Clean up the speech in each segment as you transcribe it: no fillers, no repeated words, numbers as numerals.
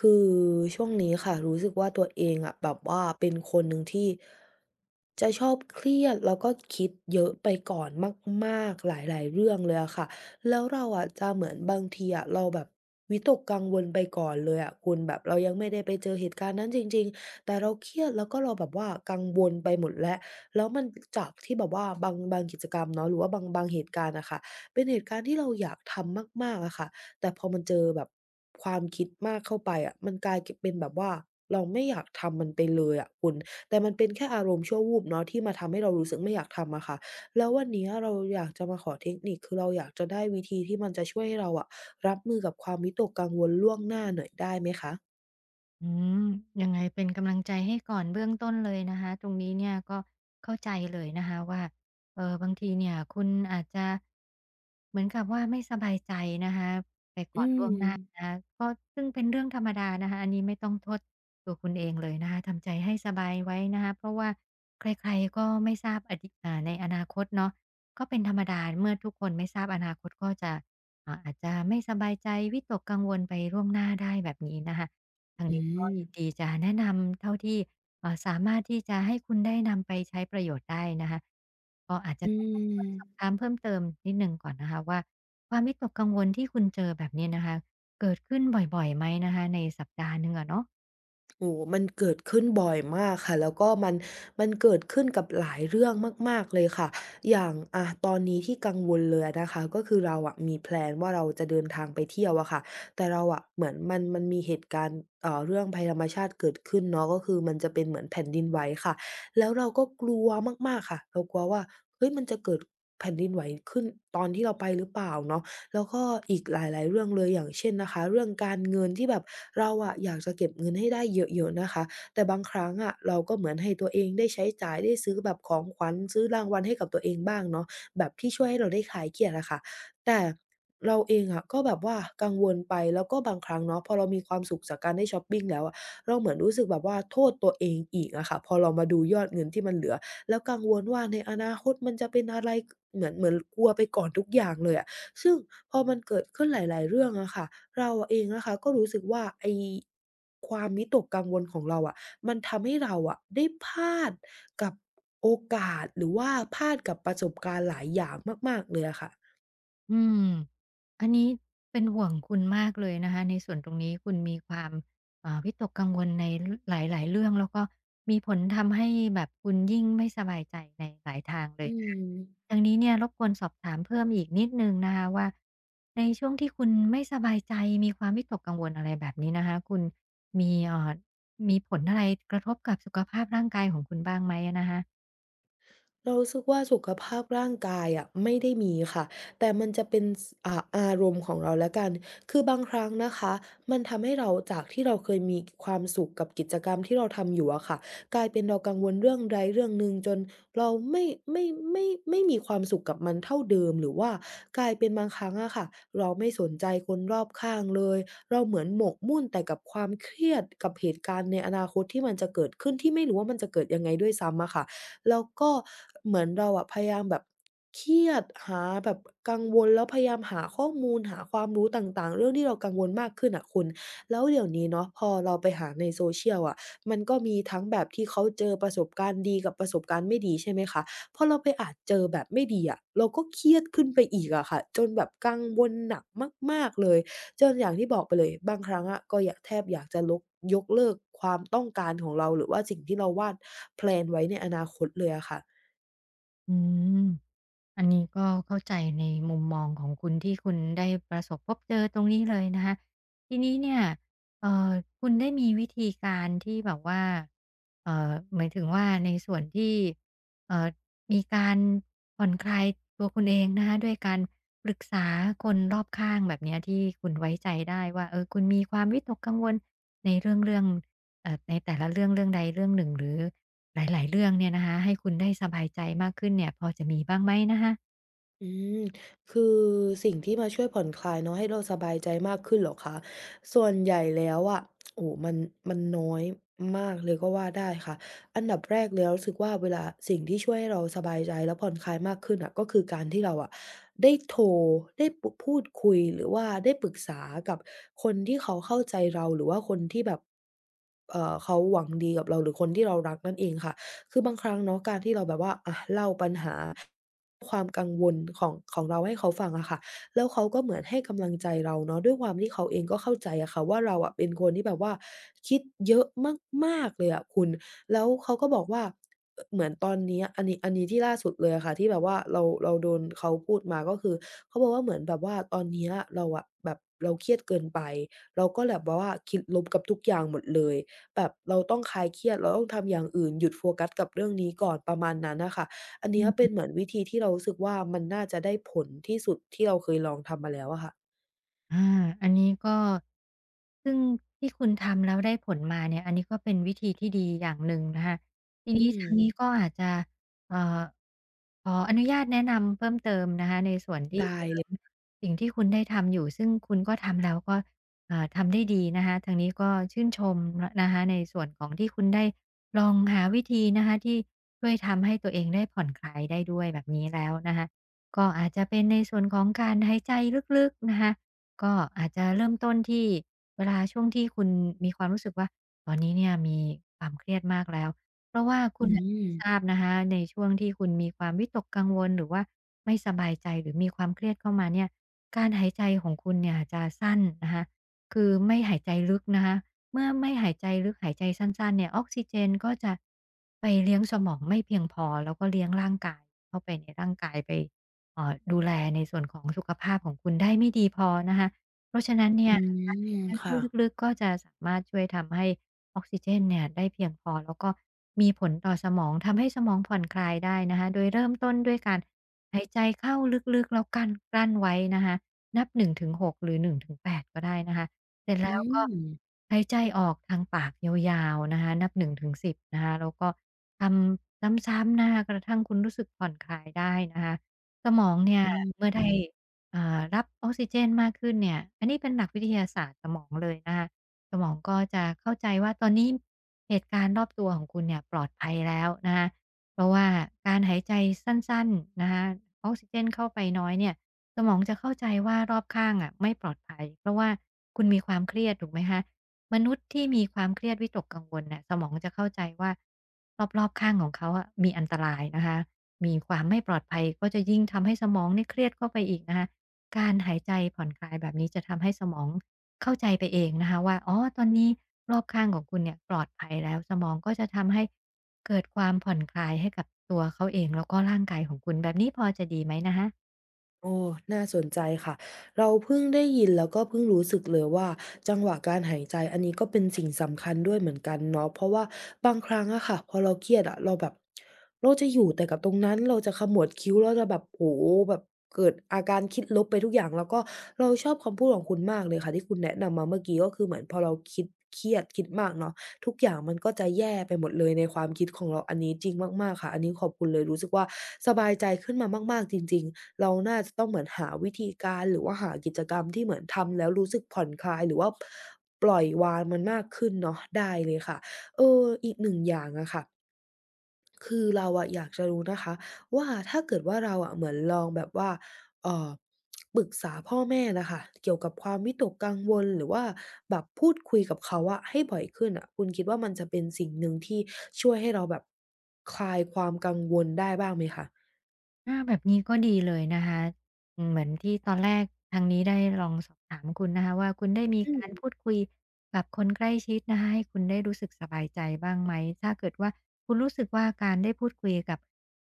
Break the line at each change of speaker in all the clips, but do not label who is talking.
คือช่วงนี้ค่ะรู้สึกว่าตัวเองอะแบบว่าเป็นคนหนึ่งที่จะชอบเครียดแล้วก็คิดเยอะไปก่อนมากๆหลายๆเรื่องเลยอะค่ะแล้วเราอะจะเหมือนบางทีอะเราแบบวิตกกังวลไปก่อนเลยอะคุณแบบเรายังไม่ได้ไปเจอเหตุการณ์นั้นจริงๆแต่เราเครียดแล้วก็เราแบบว่ากังวลไปหมดแล้วแล้วมันจากที่แบบว่าบางกิจกรรมเนาะหรือว่าบางเหตุการณ์อะค่ะเป็นเหตุการณ์ที่เราอยากทำมากๆอะค่ะ แต่พอมันเจอแบบความคิดมากเข้าไปอะมันกลายกเป็นแบบว่าเราไม่อยากทำมันไปเลยอะคุณแต่มันเป็นแค่อารมณ์ชั่ววูบเนาะที่มาทำให้เรารู้สึกไม่อยากทำอะค่ะแล้ววันเนี้ยเราอยากจะมาขอเทคนิคคือเราอยากจะได้วิธีที่มันจะช่วยให้เราอะรับมือกับความวิตกกังวลล่วงหน้าหน่อยได้ไหมคะ
อืมยังไงเป็นกำลังใจให้ก่อนเบื้องต้นเลยนะคะตรงนี้เนี่ยก็เข้าใจเลยนะคะว่าบางทีเนี่ยคุณอาจจะเหมือนกับว่าไม่สบายใจนะคะไป
อื
ก่อนล่
ม
วงหน้านะคะก็ซึ่งเป็นเรื่องธรรมดานะคะอันนี้ไม่ต้องโทษตัวคุณเองเลยนะคะทำใจให้สบายไว้นะคะเพราะว่าใครๆก็ไม่ทราบอดีในอนาคตเนาะก็เป็นธรรมดาเมื่อทุกคนไม่ทราบอนาคตก็จะอาจจะไม่สบายใจวิตกกังวลไปล่วงหน้าได้แบบนี้นะคะ ทาง
อื
นี้ก็
ม
ยินดีจะแนะนำเท่าที่สามารถที่จะให้คุณได้นำไปใช้ประโยชน์ได้นะคะก็อาจจะ
อื
ต้องรบกวนสอบถา
ม
มเพิ่มเติมนิดหนึ่งก่อนนะคะว่าความวิตกกังวลที่คุณเจอแบบนี้นะคะเกิดขึ้นบ่อยๆไหมนะคะในสัปดาห์หนึ่งอะเนาะ
โอ้โฮมันเกิดขึ้นบ่อยมากค่ะ แล้วก็มันเกิดขึ้นกับหลายเรื่องมากๆเลยค่ะ อย่างอะตอนนี้ที่กังวลเลยอะนะคะก็คือเราอะมีแพลนว่าเราจะเดินทางไปเที่ยวอะค่ะแต่เราอะเหมือนมันมีเหตุการณ์เรื่องภัยธรรมชาติเกิดขึ้นเนาะก็คือมันจะเป็นเหมือนแผ่นดินไหวค่ะ แล้วเราก็กลัวมากๆค่ะเรากลัวว่าเฮ้ยมันจะเกิดแผ่นดินไหวขึ้นตอนที่เราไปหรือเปล่าเนาะ แล้วก็อีกหลายๆเรื่องเลยอย่างเช่นนะคะเรื่องการเงินที่แบบเราอะอยากจะเก็บเงินให้ได้เยอะๆนะคะแต่บางครั้งอะเราก็เหมือนให้ตัวเองได้ใช้จ่ายได้ซื้อแบบของขวัญซื้อรางวัลให้กับตัวเองบ้างเนาะแบบที่ช่วยให้เราได้คลายเครียดอะค่ะแต่เราเองอะก็แบบว่ากังวลไปแล้วก็บางครั้งเนาะพอเรามีความสุขจากการได้ช็อปปิงแล้วอะเราเหมือนรู้สึกแบบว่าโทษตัวเองอีกอะค่ะพอเรามาดูยอดเงินที่มันเหลือแล้วกังวลว่าในอนาคตมันจะเป็นอะไรเหมือนกลัวไปก่อนทุกอย่างเลยอะ ซึ่งพอมันเกิดขึ้นหลายๆเรื่องอะค่ะเราเองนะคะก็รู้สึกว่าไอ้ความวิตกกังวลของเราอะมันทำให้เราอะได้พลาดกับโอกาสหรือว่าพลาดกับประสบการณ์หลายอย่างมากๆเลยอะค่ะ
อืมอันนี้เป็นห่วงคุณมากเลยนะคะในส่วนตรงนี้คุณมีความวิตกกังวลในหลายๆเรื่องแล้วก็มีผลทำให้แบบคุณยิ่งไม่สบายใจในหลายทางเล
อื
ยนะคะ
ม
ทางนี้เนี่ยรบกวนสอบถามเพิ่มอีกนิดนึงนะคะว่าในช่วงที่คุณไม่สบายใจมีความวิตกกังวลอะไรแบบนี้นะคะคุณมีมีผลอะไรกระทบกับสุขภาพร่างกายของคุณบ้างไหมนะคะ
เรารู้สึกว่าสุขภาพร่างกายอะไม่ได้มีค่ะแต่มันจะเป็นสอ่าอารมณ์ของเราแล้วกันคือบางครั้งนะคะมันทำให้เราจากที่เราเคยมีความสุขกับกิจกรรมที่เราทำอยู่อะค่ะกลายเป็นเรากังวลเรื่องใดเรื่องหนึ่งจนเราไม่ไม่ไม่มีความสุขกับมันเท่าเดิมหรือว่ากลายเป็นบางครั้งอะค่ะเราไม่สนใจคนรอบข้างเลยเราเหมือนหมกมุ่นแต่กับความเครียดกับเหตุการณ์ในอนาคตที่มันจะเกิดขึ้นที่ไม่รู้ว่ามันจะเกิดยังไงด้วยซ้ำอะค่ะ แล้วก็เหมือนเราอะพยายามแบบเครียดหาแบบกังวลแล้วพยายามหาข้อมูลหาความรู้ต่างๆเรื่องที่เรากังวลมากขึ้นอะคุณแล้วเดี๋ยวนี้เนาะพอเราไปหาใน social อะมันก็มีทั้งแบบที่เขาเจอประสบการณ์ดีกับประสบการณ์ไม่ดีใช่ไหมคะพอเราไปอาจเจอแบบไม่ดีอะเราก็เครียดขึ้นไปอีกอะค่ะจนแบบกังวลหนักมากๆเลย จนอย่างที่บอกไปเลยบางครั้งอะก็อยากแทบอยากจะยกเลิกความต้องการของเราหรือว่าสิ่งที่เราวาดแพลนไว้ในอนาคตเลยอะค่ะ
อืม อันนี้ก็เข้าใจในมุมมองของคุณที่คุณได้ประสบพบเจอตรงนี้เลยนะคะทีนี้เนี่ยเอ่อคุณได้มีวิธีการที่แบบว่าหมายถึงว่าในส่วนที่เอ่อมีการผ่อนคลายตัวคุณเองนะคะด้วยการปรึกษาคนรอบข้างแบบเนี้ยที่คุณไว้ใจได้ว่าคุณมีความวิตกกังวลในเรื่องในแต่ละเรื่องใดเรื่องหนึ่งหรือหลายๆเรื่องเนี่ยนะคะให้คุณได้สบายใจมากขึ้นเนี่ยพอจะมีบ้างไหมนะคะ
อืมคือสิ่งที่มาช่วยผ่อนคลายเนาะให้เราสบายใจมากขึ้นเหรอคะ ส่วนใหญ่แล้วอะโอ้โฮมันน้อยมากเลยก็ว่าได้ค่ะอันดับแรกเลยเรารู้สึกว่าเวลาสิ่งที่ช่วยให้เราสบายใจและผ่อนคลายมากขึ้นอะก็คือการที่เราอะได้โทรได้พูดคุยหรือว่าได้ปรึกษากับคนที่เขาเข้าใจเราหรือว่าคนที่แบบเขาหวังดีกับเราหรือคนที่เรารักนั่นเองค่ะ คือบางครั้งเนาะการที่เราแบบว่าอะเล่าปัญหาความกังวลของเราให้เขาฟังอะค่ะแล้วเขาก็เหมือนให้กำลังใจเราเนาะด้วยความที่เขาเองก็เข้าใจอะค่ะว่าเราอะเป็นคนที่แบบว่าคิดเยอะมากๆเลยอะคุณแล้วเขาก็บอกว่าอเหมือนตอนเนี้ยอันนี้ที่ล่าสุดเลยอะค่ะที่แบบว่าเราโดนเขาพูดมาก็คือเขาบอกว่าเหมือนแบบว่าตอนเนี้ยเราอะแบบเราเครียดเกินไปเราก็แบบว่าคิดลบกับทุกอย่างหมดเลย แบบเราต้องคลายเครียดเราต้องทำอย่างอื่นหยุดโฟกัสกับเรื่องนี้ก่อนประมาณนั้นน่ะค่ะอันเนี้ยเป็
อืม
นเหมือนวิธีที่เรารู้สึกว่ามันน่าจะได้ผลที่สุดที่เราเคยลองทำมาแล้วอะค่ะ
อาอันนี้ก็ซึ่งที่คุณทำแล้วได้ผลมาเนี่ยอันนี้ก็เป็นวิธีที่ดีอย่างหนึ่งนะคะที
อื
นี้ทาง
ม
นี้ก็อาจจะเอ่อขออนุญาตแนะนำเพิ่มเติมนะคะในส่วนที่
ได้
เสริ
เล
ม
ย
สิ่งที่คุณได้ทำอยู่ซึ่งคุณก็ทำแล้วก็ทำได้ดีนะคะทางนี้ก็ชื่นชมนนะคะในส่วนของที่คุณได้ลองหาวิธีนะคะที่ช่วยทำให้ตัวเองได้ผ่อนคลายได้ด้วยแบบนี้แล้วนะคะก็อาจจะเป็นในส่วนของการหายใจลึกๆนะคะ ก็อาจจะเริ่มต้นที่เวลาช่วงที่คุณมีความรู้สึกว่าตอนนี้เนี่ยมีความเครียดมากแล้วเพราะว่าคุ
อื
ณมอาจจะไม่ทราบ
ม
นะคะในช่วงที่คุณมีความวิตกกังวลหรือว่าไม่สบายใจหรือมีความเครียดเข้ามาเนี่ยการหายใจของคุณเนี่ยจะสั้นนะคะคือไม่หายใจลึกนะคะเมื่อไม่หายใจลึกหายใจสั้นๆเนี่ยออกซิเจนก็จะไปเลี้ยงสมองไม่เพียงพอแล้วก็เลี้ยงร่างกายเข้าไปในร่างกายไป ดูแลในส่วนของสุขภาพของคุณได้ไม่ดีพอนะคะเพราะฉะนั้นเนี่
อื
ยการ
ม
หายใจเข้า
ค่ะ
ลึกๆก็จะสามารถช่วยทำให้ออกซิเจนเนี่ยได้เพียงพอแล้วก็มีผลต่อสมองทำให้สมองผ่อนคลายได้นะคะโดยเริ่มต้นด้วยการหายใจเข้าลึกๆแล้วกั้นกลั้นไว้นะคะนับหนึ6หกหรือ1-8ก็ได้นะคะเสร็จแล้
อื
วก็
ม
หายใจออกทางปากยาวๆนะคะนับหนึ่งถึงสิบนะคะแล้วก็ทำซ้ำๆนะคะกระทั่งคุณรู้สึกผ่อนคลายได้นะคะ สมองเนี่ย
อื
เมื่อได้
ม
รับออกซิเจนมากขึ้นเนี่ยอันนี้เป็นหลักวิทยาศาสตร์สมองเลยนะคะสมองก็จะเข้าใจว่าตอนนี้เหตุการณ์รอบตัวของคุณเนี่ยปลอดภัยแล้วนะคะเพราะว่าการหายใจสั้นๆนะคะออกซิเจนเข้าไปน้อยเนี่ยสมองจะเข้าใจว่ารอบข้างอะไม่ปลอดภัยเพราะว่าคุณมีความเครียดถูกไหมคะมนุษย์ที่มีความเครียดวิตกกังวลเนี่ยสมองจะเข้าใจว่ารอบๆข้างของเขาอะมีอันตรายนะคะ มีความไม่ปลอดภัยก็จะยิ่งทำให้สมองเนี่ยเครียดเข้าไปอีกนะคะการหายใจผ่อนคลายแบบนี้จะทำให้สมองเข้าใจไปเองนะคะว่าอ๋อตอนนี้รอบข้างของคุณเนี่ยปลอดภัยแล้วสมองก็จะทำให้เกิดความผ่อนคลายให้กับตัวเขาเองแล้วก็ร่างกายของคุณแบบนี้พอจะดีไหมนะคะ
โอ้น่าสนใจค่ะเราเพิ่งได้ยินแล้วก็เพิ่งรู้สึกเลยว่าจังหวะการหายใจอันนี้ก็เป็นสิ่งสำคัญด้วยเหมือนกันเนาะเพราะว่าบางครั้งอะค่ะพอเราเครียดอะเราแบบเราจะอยู่แต่กับตรงนั้นเราจะขมวดคิ้วเราจะแบบโอ้โฮแบบเกิดอาการคิดลบไปทุกอย่างแล้วก็เราชอบคำพูดของคุณมากเลยค่ะที่คุณแนะนำมาเมื่อกี้ก็คือเหมือนพอเราคิดเครียดคิดมากเนาะ ทุกอย่างมันก็จะแย่ไปหมดเลยในความคิดของเราอันนี้จริงมากๆค่ะอันนี้ขอบคุณเลยรู้สึกว่าสบายใจขึ้นมามากๆจริงๆเราน่าจะต้องเหมือนหาวิธีการหรือว่าหากิจกรรมที่เหมือนทำแล้วรู้สึกผ่อนคลายหรือว่าปล่อยวางมันมากขึ้นเนาะได้เลยค่ะเอออีกหนึ่งอย่างอะค่ะ คือเราอะอยากจะรู้นะคะว่าถ้าเกิดว่าเราอะเหมือนลองแบบว่าเอ่อปรึกษาพ่อแม่น่ะค่ะเกี่ยวกับความวิตกกังวลหรือว่าแบบพูดคุยกับเขาอะให้บ่อยขึ้นน่ะคุณคิดว่ามันจะเป็นสิ่งหนึ่งที่ช่วยให้เราแบบคลายความกังวลได้บ้างไหมคะ
อาแบบนี้ก็ดีเลยนะคะอืมเหมือนที่ตอนแรกทางนี้ได้ลองสอบถามคุณนะคะว่าคุณได้มี
อืม
การพูดคุยกับคนใกล้ชิดนะคะให้คุณได้รู้สึกสบายใจบ้างไหมถ้าเกิดว่าคุณรู้สึกว่าการได้พูดคุยกับ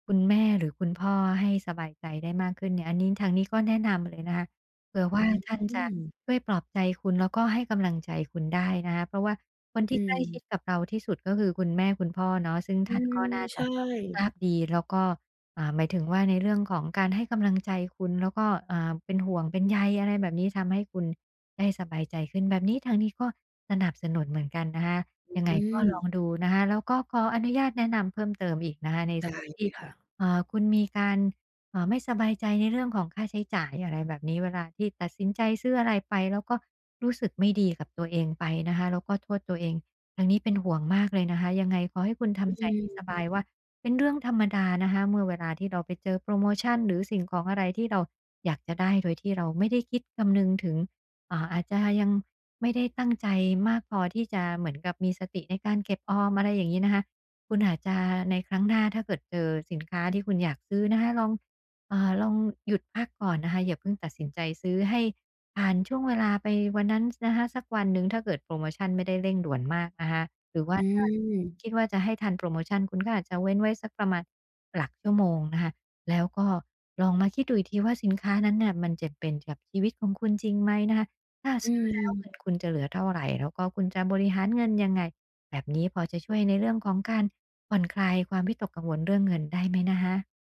คุณแม่หรือคุณพ่อให้สบายใจได้มากขึ้นเนี่ยอันนี้ทางนี้ก็แนะนำเลยนะคะเผื่อ
อื
ว่าท่า
ม
นจะช่วยปลอบใจคุณแล้วก็ให้กำลังใจคุณได้นะคะเพราะว่าคน
อื
ที่ใกล้ชิด
ม
กับเราที่สุดก็คือคุณแม่คุณพ่อเนาะซึ่ง
อื
ท่านก็
ม
น่าจะ
ใช่
ทราบดีแล้วก็ หมายถึงว่าในเรื่องของการให้กำลังใจคุณแล้วก็เป็นห่วงเป็นใยอะไรแบบนี้ทำให้คุณได้สบายใจขึ้นแบบนี้ทางนี้ก็สนับสนุนเหมือนกันนะคะยังไง
อื
ก็ลอง
ม
ดูนะคะแล้วก็ขออนุญาตแนะนำเพิ่มเติมอีกนะคะในส่
ได้
วน
เล
ที่
ยค่ะ
คุณมีการไม่สบายใจในเรื่องของค่าใช้จ่ายอะไรแบบนี้เวลาที่ตัดสินใจซื้ออะไรไปแล้วก็รู้สึกไม่ดีกับตัวเองไปนะคะแล้วก็โทษตัวเองทางนี้เป็นห่วงมากเลยนะคะยังไงขอให้คุณ
อื
ทำใจให้ส
ม
บายว่า เป็นเรื่องธรรมดานะคะเมื่อเวลาที่เราไปเจอโปรโมชันหรือสิ่งของอะไรที่เราอยากจะได้โดยที่เราไม่ได้คิดคำนึงถึงอาจจะยังไม่ได้ตั้งใจมากพอที่จะเหมือนกับมีสติในการเก็บออมอะไรอย่างนี้นะคะคุณอาจจะในครั้งหน้าถ้าเกิดเจอสินค้าที่คุณอยากซื้อนะคะลองลองหยุดพักก่อนนะคะอย่าเพิ่งตัดสินใจซื้อให้ ผ่านช่วงเวลาไปวันนั้นนะคะสักวันหนึ่งถ้าเกิดโพรโมชันไม่ได้เร่งด่วนมากนะคะหรือว่า
อื
ถ้าคิด
ม
ว่าจะให้ทันโพรโมชันคุณก็อาจจะเว้นไว้สักประมาณหลักชั่วโมงนะคะแล้วก็ลองมาคิดดูอีกทีว่าสินค้านั้นน่ะมันจำเป็นกับชีวิตของคุณจริงไหมนะคะถ้า
อื
ซื้อแล้วเงิน
ม
คุณจะเหลือเท่าไรแล้วก็คุณจะบริหารเงินยังไงแบบนี้พอจะช่วยในเรื่องของการผ่อนคลายความวิตกกังวลเรื่องเงินได้ไหมนะคะ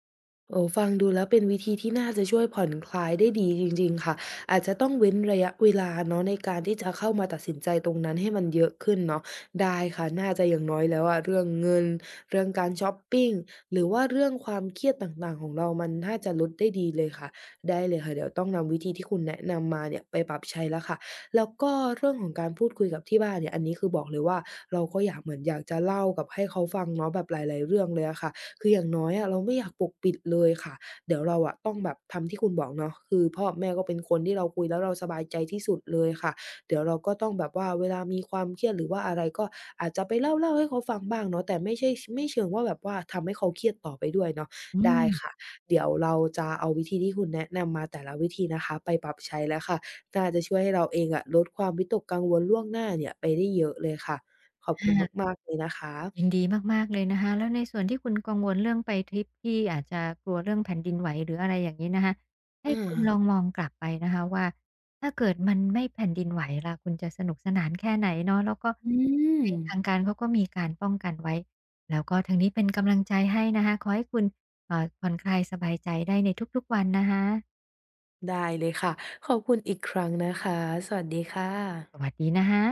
โอ้ฟังดูแล้วเป็นวิธีที่น่าจะช่วยผ่อนคลายได้ดีจริงๆค่ะอาจจะต้องเว้นระยะเวลาเนาะในการที่จะเข้ามาตัดสินใจตรงนั้นให้มันเยอะขึ้นเนาะได้ค่ะน่าจะอย่างน้อยแล้วอะเรื่องเงินเรื่องการชอปปิงหรือว่าเรื่องความเครียดต่างๆของเรามันน่าจะลดได้ดีเลยค่ะได้เลยค่ะเดี๋ยวต้องนำวิธีที่คุณแนะนำมาเนี่ยไปปรับใช้แล้วค่ะแล้วก็เรื่องของการพูดคุยกับที่บ้านเนี่ยอันนี้คือบอกเลยว่าเราก็อยากเหมือนอยากจะเล่ากับให้เขาฟังเนาะแบบหลายๆเรื่องเลยอะค่ะ คืออย่างน้อยอะเราไม่อยากปกปิดเลยค่ะเดี๋ยวเราอะต้องแบบทำที่คุณบอกเนาะคือพ่อกับแม่ก็เป็นคนที่เราคุยแล้วเราสบายใจที่สุดเลยค่ะเดี๋ยวเราก็ต้องแบบว่าเวลามีความเครียดหรือว่าอะไรก็อาจจะไปเล่าๆให้เขาฟังบ้างเนาะแต่ไม่ใช่ไม่เชิงว่าแบบว่าทำให้เขาเครียดต่อไปด้วยเนาะ
อืม
ได้ค่ะเดี๋ยวเราจะเอาวิธีที่คุณแนะนำมาแต่ละวิธีนะคะไปปรับใช้แล้วค่ะน่าจะช่วยให้เราเองอะลดความวิตกกังวลล่วงหน้าเนี่ยไปได้เยอะเลยค่ะขอบคุณ
อะ
มากๆเลยนะคะ
ยินดีมากๆเลยนะคะแล้วในส่วนที่คุณกังวลเรื่องไปทริปที่อาจจะกลัวเรื่องแผ่นดินไหวหรืออะไรอย่างนี้นะคะให้คุณล
อา
องมองกลับไปนะคะว่าถ้าเกิดมันไม่แผ่นดินไหวล่ะคุณจะสนุกสนานแค่ไหนเนาะแล้วก็
อื
ยังไง
ม
ทางการเขาก็มีการป้องกันไว้แล้วก็ทางนี้เป็นกำลังใจให้นะคะขอให้คุณผ่อนคลายสบายใจได้ในทุกๆวันนะคะ
ได้เลยค่ะ ขอบคุณอีกครั้งนะคะ สวัสดีค่ะ
สวัสดีนะคะ